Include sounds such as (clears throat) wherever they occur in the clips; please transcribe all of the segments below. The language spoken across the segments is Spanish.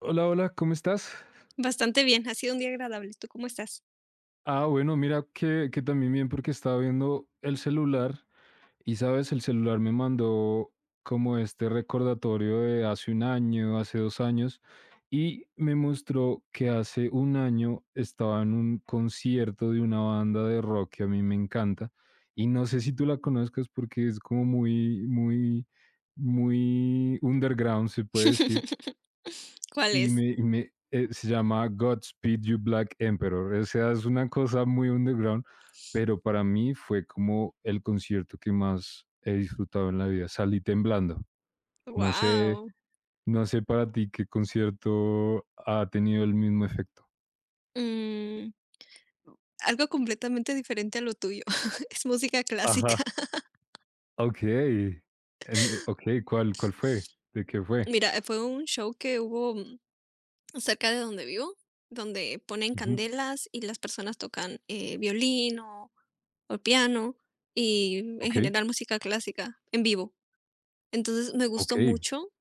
Hola, hola, ¿cómo estás? Bastante bien, ha sido un día agradable, ¿tú cómo estás? Ah, bueno, mira que también bien porque estaba viendo el celular y, sabes, el celular me mandó como este recordatorio de hace un año, hace 2 años, y me mostró que hace un año estaba en un concierto de una banda de rock que a mí me encanta, y no sé si tú la conozcas porque es como muy, muy, muy underground, se puede decir. (laughs) ¿Cuál Y es? me y me, eh, se llama Godspeed You Black Emperor. O sea, es una cosa muy underground, pero para mí fue como el concierto que más he disfrutado en la vida. Salí temblando. No sé Wow. no sé para ti qué concierto ha tenido el mismo efecto. Mm, algo completamente diferente a lo tuyo, (laughs) es música clásica. Ajá. (laughs) Okey. En okey, ¿cuál fue? ¿De qué fue? Mira, fue un show que hubo, cerca de donde vivo, donde ponen Ujú. candelas y las personas tocan violín o piano y en Okey, general música clásica en vivo. Entonces, me gustó okey. mucho.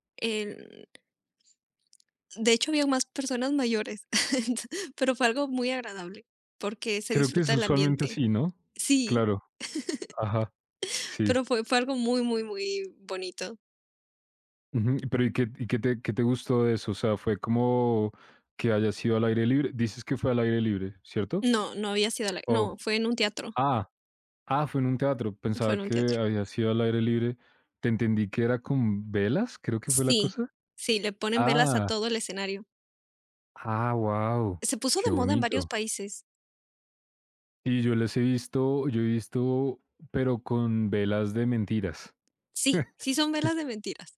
De hecho, había más personas mayores, (laughs) pero fue algo muy agradable, porque se Creo que es disfruta el usualmente ambiente. así, ¿no? Sí, Claro. Ajá. Sí. pero fue algo muy, muy, muy bonito. Ujú, pero ¿y qué te gustó de eso? O sea, ¿fue como que haya sido al aire libre? Dices que fue al aire libre, ¿cierto? No. no había sido a la Oh, no, Fue en un teatro, ah, ah, fue en un teatro, fue pensaba en un que teatro. había sido al aire libre. Te entendí que era con velas, creo que fue la Sí, cosa. sí, le ponen velas a Ah, todo el escenario. ah, guau, Se puso qué de moda en varios bonito. países. Y yo he visto, pero con velas de mentiras. Sí, (laughs) sí son velas de mentiras,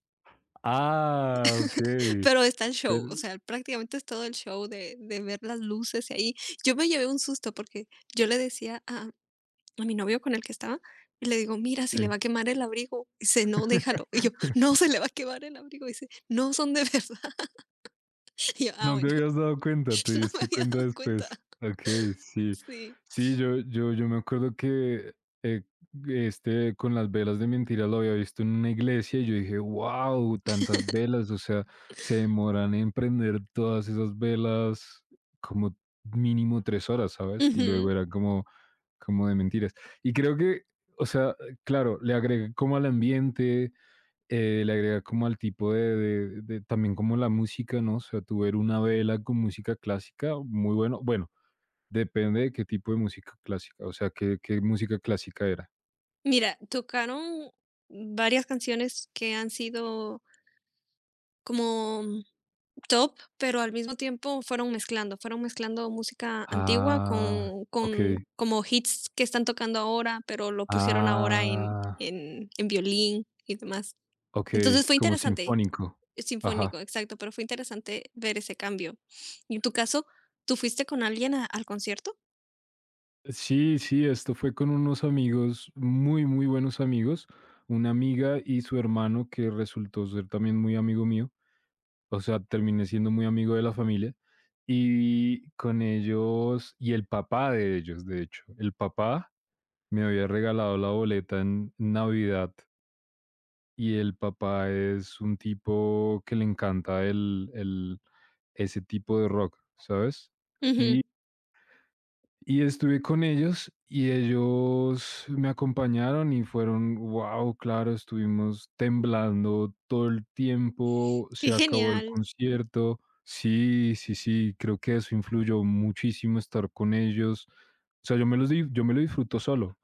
Ah, (laughs) okey, pero está el show, o pero sea, prácticamente es todo el show de ver las luces y ahí. Yo me llevé un susto porque yo le decía a mi novio con el que estaba, y le digo: "Mira, se le sí. va a quemar el abrigo", y dice: "No, déjalo". Y yo: (laughs) "No, se le va a quemar el abrigo", y dice: "No, son de verdad". (laughs) Y yo: "Ah, No te bueno, habías dado cuenta, te (laughs) no me diste había cuenta dado cuenta". después. Okey, sí. Sí. Sí, yo me acuerdo que, eh, este, con las velas de mentira lo había visto en una iglesia, y yo dije: "¡Wow, tantas velas!", o sea, se demoran en prender todas esas velas como mínimo 3 horas, ¿sabes? Y luego Ujú. era como de mentiras. Y creo que, o sea, claro, le agregué como al ambiente, le agrega como al tipo de también como la música, ¿no? O sea, tú ver una vela con música clásica, muy bueno. Bueno, depende de qué tipo de música clásica, o sea, ¿qué música clásica era? Mira, tocaron varias canciones que han sido como top, pero al mismo tiempo fueron mezclando música antigua Ah, con okey. como hits que están tocando ahora, pero lo pusieron ahora en Ah, violín y demás. okey, Entonces, fue como interesante. sinfónico. Ajá. Sinfónico, exacto, pero fue interesante ver ese cambio. Y en tu caso, ¿tú fuiste con alguien a al concierto? Sí, sí, esto fue con unos amigos, muy, muy buenos amigos, una amiga y su hermano, que resultó ser también muy amigo mío. O sea, terminé siendo muy amigo de la familia y con ellos, y el papá de ellos, de hecho, el papá me había regalado la boleta en Navidad y el papá es un tipo que le encanta ese tipo de rock, ¿sabes? Ujú, Y estuve con ellos y ellos me acompañaron y fueron, wow, claro, estuvimos temblando todo el tiempo, qué se acabó el genial. concierto. Sí, sí, sí, creo que eso influyó muchísimo estar con ellos. O sea, yo me lo disfruto solo,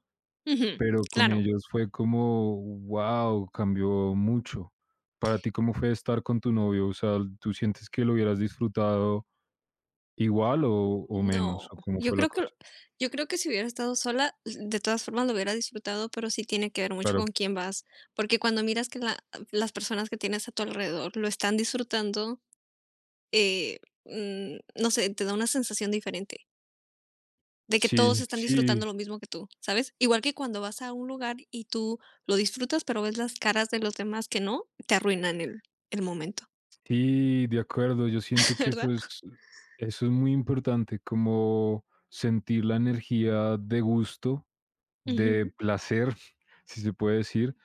Ujú, pero con claro. ellos fue como, wow, cambió mucho. Para ti, ¿cómo fue estar con tu novio? O sea, ¿tú sientes que lo hubieras disfrutado igual o menos? No, ¿O cómo yo fue la creo que cosa? yo creo que si hubiera estado sola, de todas formas lo hubiera disfrutado, pero sí tiene que ver mucho con Claro. quién vas, porque cuando miras que la las personas que tienes a tu alrededor lo están disfrutando, eh, no sé, te da una sensación diferente. De que Sí, todos están disfrutando sí, lo mismo que tú, ¿sabes? Igual que cuando vas a un lugar y tú lo disfrutas, pero ves las caras de los demás que no, te arruinan el momento, sí, de acuerdo. Yo (laughs) siento que ¿verdad? Eso es muy importante, como sentir la energía de gusto, Ujú, de placer, (laughs) si se puede decir,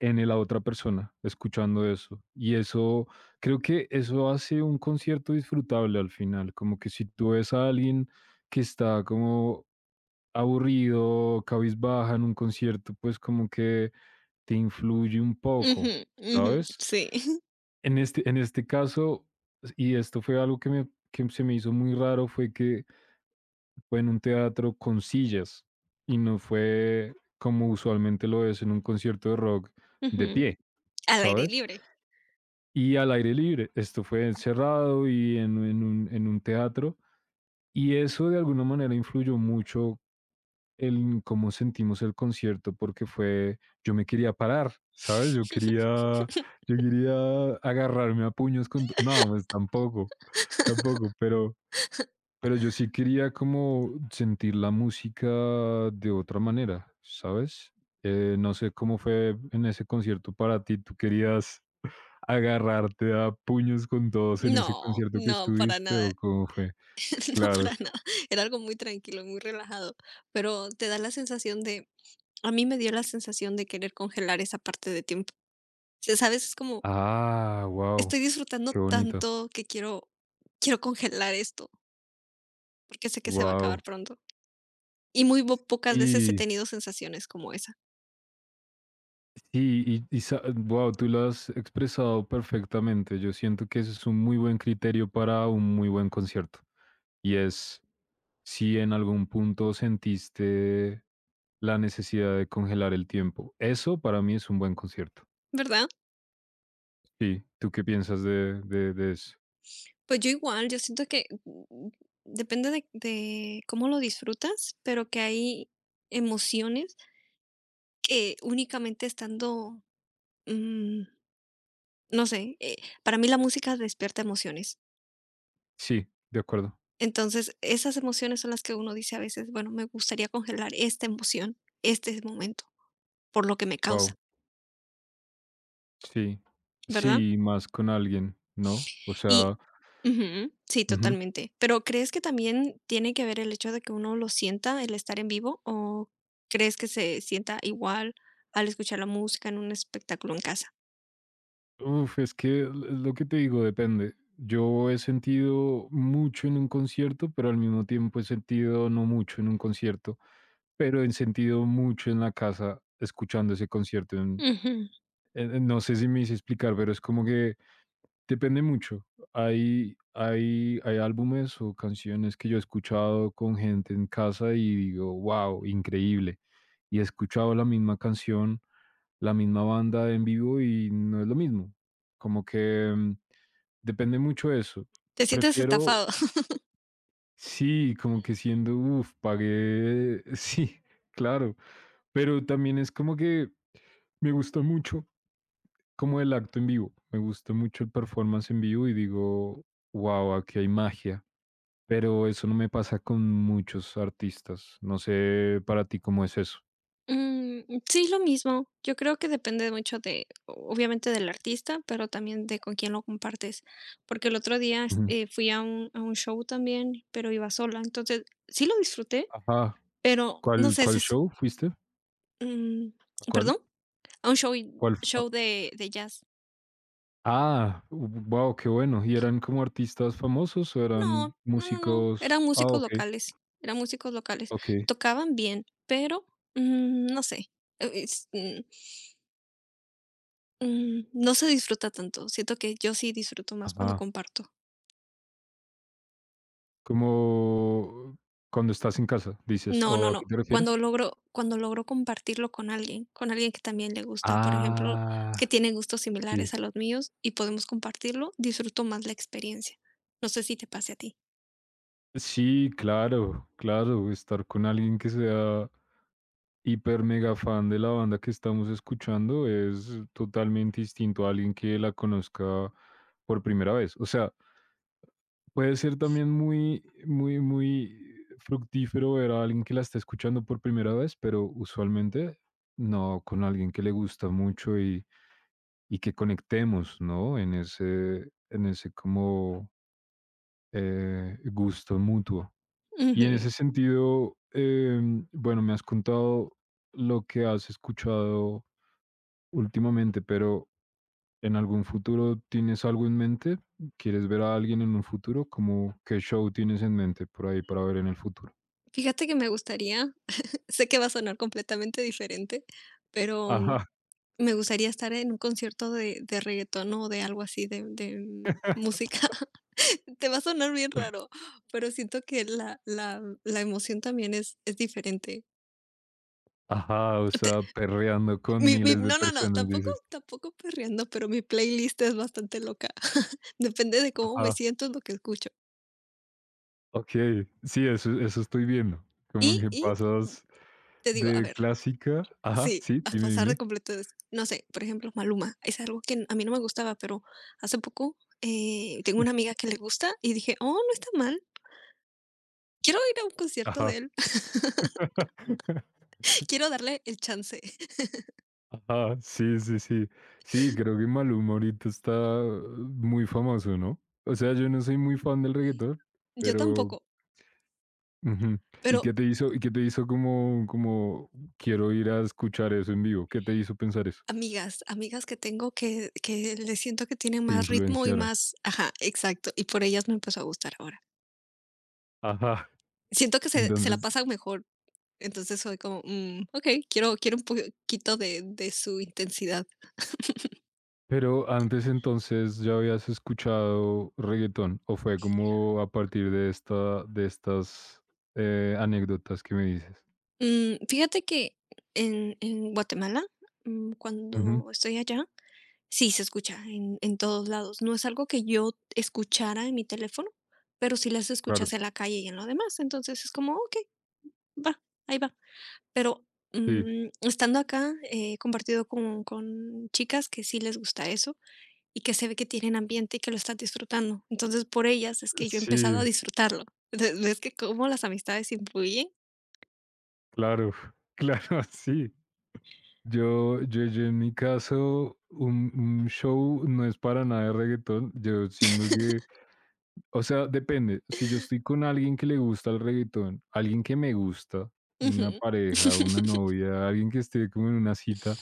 en la otra persona, escuchando eso. Y eso, creo que eso hace un concierto disfrutable al final, como que si tú ves a alguien que está como aburrido, cabizbaja en un concierto, pues como que te influye un ujú, poco, ujú, ¿sabes? sí. (laughs) En este caso, y esto fue algo que se me hizo muy raro, fue que fue en un teatro con sillas y no fue como usualmente lo es en un concierto de rock de Ujú. pie, Al aire ¿sabes? libre. Y al aire libre, esto fue encerrado y en un teatro. Y eso de alguna manera influyó mucho el cómo sentimos el concierto, porque fue yo me quería parar, ¿sabes? Yo (laughs) quería yo quería agarrarme a puños con to no, pues tampoco, tampoco, pero yo sí quería como sentir la música de otra manera, ¿sabes? No sé cómo fue en ese concierto para ti, ¿tú querías agarrarte a puños con todos en ese No, concierto que no, para estuviste nada. o cómo fue? (laughs) No, para Claro. nada. Era algo muy tranquilo, muy relajado, pero te da la sensación de a mí me dio la sensación de querer congelar esa parte de tiempo. O sea, ¿sabes? Es como Ah, wow, estoy disfrutando qué bonito. tanto que quiero congelar esto, porque sé que se va a acabar Wow. pronto. Y pocas veces he Y tenido sensaciones como esa. sí, y, wow, tú lo has expresado perfectamente. Yo siento que ese es un muy buen criterio para un muy buen concierto. Y es si en algún punto sentiste la necesidad de congelar el tiempo. Eso para mí es un buen concierto. ¿Verdad? Sí, ¿tú qué piensas de eso? Pues yo igual, yo siento que depende de, cómo lo disfrutas, pero que hay emociones que únicamente estando, mm, no sé, para mí la música despierta emociones. Sí, de acuerdo. Entonces, esas emociones son las que uno dice a veces, bueno, me gustaría congelar esta emoción, este momento, por lo que me causa, Wow, sí. ¿verdad? Sí, más con alguien, ¿no? O Y sea, ujú, sí, ujú. totalmente. Pero, ¿crees que también tiene que ver el hecho de que uno lo sienta el estar en vivo o crees que se sienta igual al escuchar la música en un espectáculo en casa? Uf, es que lo que te digo depende. Yo he sentido mucho en un concierto, pero al mismo tiempo he sentido no mucho en un concierto, pero he sentido mucho en la casa escuchando ese concierto. Ujú. No sé si me hice explicar, pero es como que depende mucho. Hay álbumes o canciones que yo he escuchado con gente en casa y digo, wow, increíble. Y he escuchado la misma banda en vivo y no es lo mismo. Como que depende mucho de eso. ¿Te sientes Prefiero, estafado? sí, como que siendo, uff, pagué, (laughs) sí, claro, pero también es como que me gusta mucho como el acto en vivo, me gusta mucho el performance en vivo y digo, wow, aquí hay magia, pero eso no me pasa con muchos artistas, no sé para ti cómo es eso. Mm, sí, lo mismo. Yo creo que depende mucho de, obviamente, del artista, pero también de con quién lo compartes. Porque el otro día, es Ujú. Fui a un show también, pero iba sola. Entonces, sí lo disfruté, Ajá, pero no ¿cuál, sé, cuál show fuiste? mm, ¿A ¿Cuál? ¿perdón? A un ¿Cuál? show de jazz. Ah, wow, qué bueno. ¿Y eran como artistas famosos o eran No, no, no, no, eran músicos? Ah, músicos ok, locales, eran músicos locales. ok, Tocaban bien, pero, no sé, eh, es, mm, no se disfruta tanto. Siento que yo sí disfruto más cuando ajá. comparto. Como cuando estás en casa, dices, No, ¿o no, a qué no. te refieres? Cuando logro compartirlo con alguien que también le gusta, por ejemplo, que Ah, tiene gustos sí. similares a los míos y podemos compartirlo, disfruto más la experiencia. No sé si te pase a ti. Sí, claro, claro, estar con alguien que sea hiper mega fan de la banda que estamos escuchando es totalmente distinto a alguien que la conozca por primera vez. O sea, puede ser también muy, muy, muy fructífero ver a alguien que la está escuchando por primera vez, pero usualmente no, con alguien que le gusta mucho y que conectemos, ¿no? En ese como gusto mutuo. Y en ese Ujú. sentido, bueno, me has contado lo que has escuchado últimamente, pero ¿en algún futuro tienes algo en mente? ¿Quieres ver a alguien en un futuro? ¿Cómo qué show tienes en mente por ahí para ver en el futuro? Fíjate que me gustaría, (laughs) sé que va a sonar completamente diferente, pero, Ajá. me gustaría estar en un concierto de reguetón o de algo así de (laughs) música. (laughs) Te va a sonar bien raro, pero siento que la emoción también es diferente. Ajá, o sea, perreando con Mi mi miles de no, no, no, personas, dices. tampoco perreando, pero mi playlist es bastante loca. (laughs) Depende de cómo me Ajá, siento, es lo que escucho. okey. Sí, eso estoy viendo. Como Y que y pasas te digo, a de ver, clásica, ajá, sí, sí, a dime, pasar de dime. completo es, no sé, por ejemplo, Maluma, es algo que a mí no me gustaba, pero hace poco, tengo una amiga que le gusta y dije: "Oh, no está mal. Quiero ir a un concierto de Ajá. él, (laughs) (laughs) quiero darle el chance". (laughs) Ajá, sí, sí, sí. Sí, creo que Maluma ahorita está, muy famoso, ¿no? O sea, yo no soy muy fan del reggaetón, Yo pero tampoco, ujú. ¿Y pero qué te hizo, y qué te hizo como quiero ir a escuchar eso en vivo? ¿Qué te hizo pensar eso? Amigas que tengo que le siento que tienen Te más ritmo y influenciaron. más, ajá, exacto, y por ellas me empezó a gustar ahora. Ajá. Siento que se la Entonces, pasan mejor. Entonces soy como, okey, quiero un poquito de su intensidad. pero antes entonces ya habías escuchado reggaetón, o fue como a partir de de estas anécdotas que me dices. Fíjate que en Guatemala, Ujú, cuando estoy allá, sí se escucha en todos lados. No es algo que yo escuchara en mi teléfono, pero sí las claro. escuchas en la calle y en lo demás. Entonces es como, okey, va, ahí va. Pero, Sí. Estando acá, he compartido con chicas que sí les gusta eso, y que se ve que tienen ambiente y que lo estás disfrutando. Entonces, por ellas es que yo he empezado a Sí. disfrutarlo. (laughs) Entonces, ¿Ves que cómo las amistades influyen? Claro, (laughs) claro, sí. Yo en mi caso, un show no es para nada de reggaetón. Yo siento que, (laughs) o sea, depende. Si yo estoy con alguien que le gusta el reggaetón, alguien que me gusta, una Ujú. pareja, una (laughs) novia, alguien que esté como en una cita,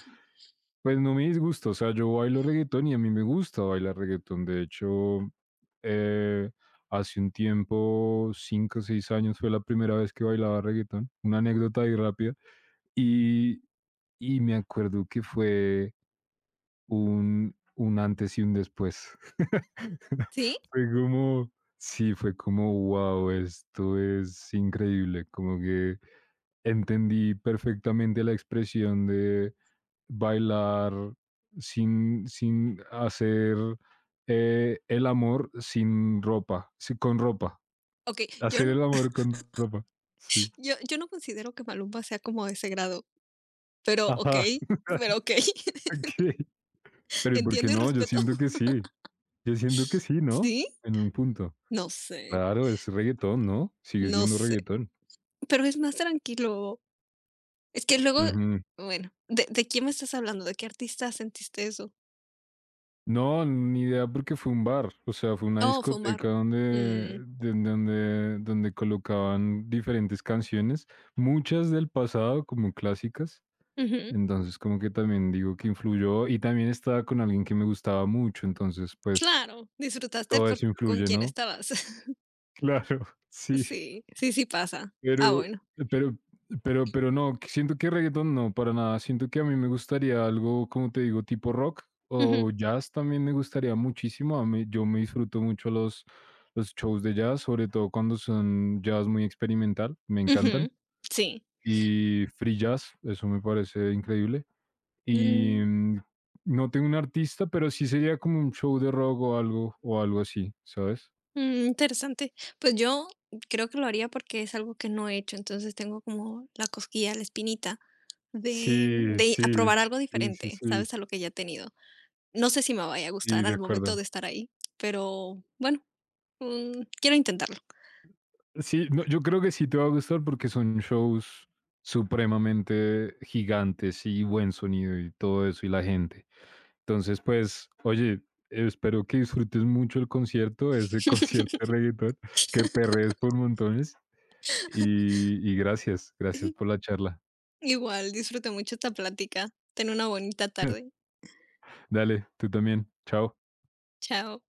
pues no me disgusta. O sea, yo bailo reggaetón y a mí me gusta bailar reggaetón. De hecho, eh, hace un tiempo, 5 o 6 años, fue la primera vez que bailaba reggaetón. Una anécdota ahí rápida. Y, y me acuerdo que fue un antes y un después. (laughs) ¿Sí? Fue como sí, fue como, wow, esto es increíble, como que entendí perfectamente la expresión de bailar sin hacer, el amor sin ropa, sí, con ropa, Ok, yo, hacer n- el amor (clears throat) con ropa, sí. (laughs) Yo no considero que Malumba sea como de ese grado, pero ok, Ajá, pero (laughs) ok, (laughs) okey. Pero, ¿y por qué entiendo y no? Yo respeto. siento (laughs) que sí. Yo siento que sí, ¿no? ¿Sí? En un punto. No sé, Claro, es reggaetón, ¿no? Sigue no siendo sé, reggaetón. pero es más tranquilo. Es que luego, Ujú. bueno, ¿de, quién me estás hablando? ¿De qué artista sentiste eso? No, ni idea porque fue un bar, o sea, fue una Oh, fue un discoteca barro. donde, Mm, de- donde, donde colocaban diferentes canciones, muchas del pasado como clásicas, ujú. entonces como que también digo que influyó y también estaba con alguien que me gustaba mucho, entonces pues Claro, disfrutaste todo por eso con influye, quién ¿no? estabas. (laughs) (laughs) Claro, sí. Sí, sí, sí pasa. Ah, Pero bueno. pero pero no, que siento que reggaetón no, para nada. Siento que a mí me gustaría algo, como te digo, tipo rock Ujú, o jazz también me gustaría muchísimo. A mí yo me disfruto mucho los shows de jazz, sobre todo cuando son jazz muy experimental, me encantan. ujú, sí. Y free jazz, eso me parece increíble. Y, Mm, no tengo un artista, pero sí sería como un show de rock o algo así, ¿sabes? interesante. Pues yo creo que lo haría porque es algo que no he hecho, entonces tengo como la cosquilla, la espinita de Sí, sí, a probar algo sí, sí, diferente, sí. ¿sabes? A lo que ya he tenido. No sé si me vaya a Sí, gustar de al momento acuerdo. de estar ahí, pero bueno, quiero intentarlo. Sí, no, yo creo que sí te va a gustar porque son shows supremamente gigantes y buen sonido y todo eso y la gente. Entonces, pues, oye, espero que disfrutes mucho el concierto, ese (laughs) concierto de (laughs) reggaetón, que perrees por montones y gracias, gracias por la charla. Igual, disfruté mucho esta plática. Ten una bonita tarde. (laughs) Dale, tú también, chao. Chao.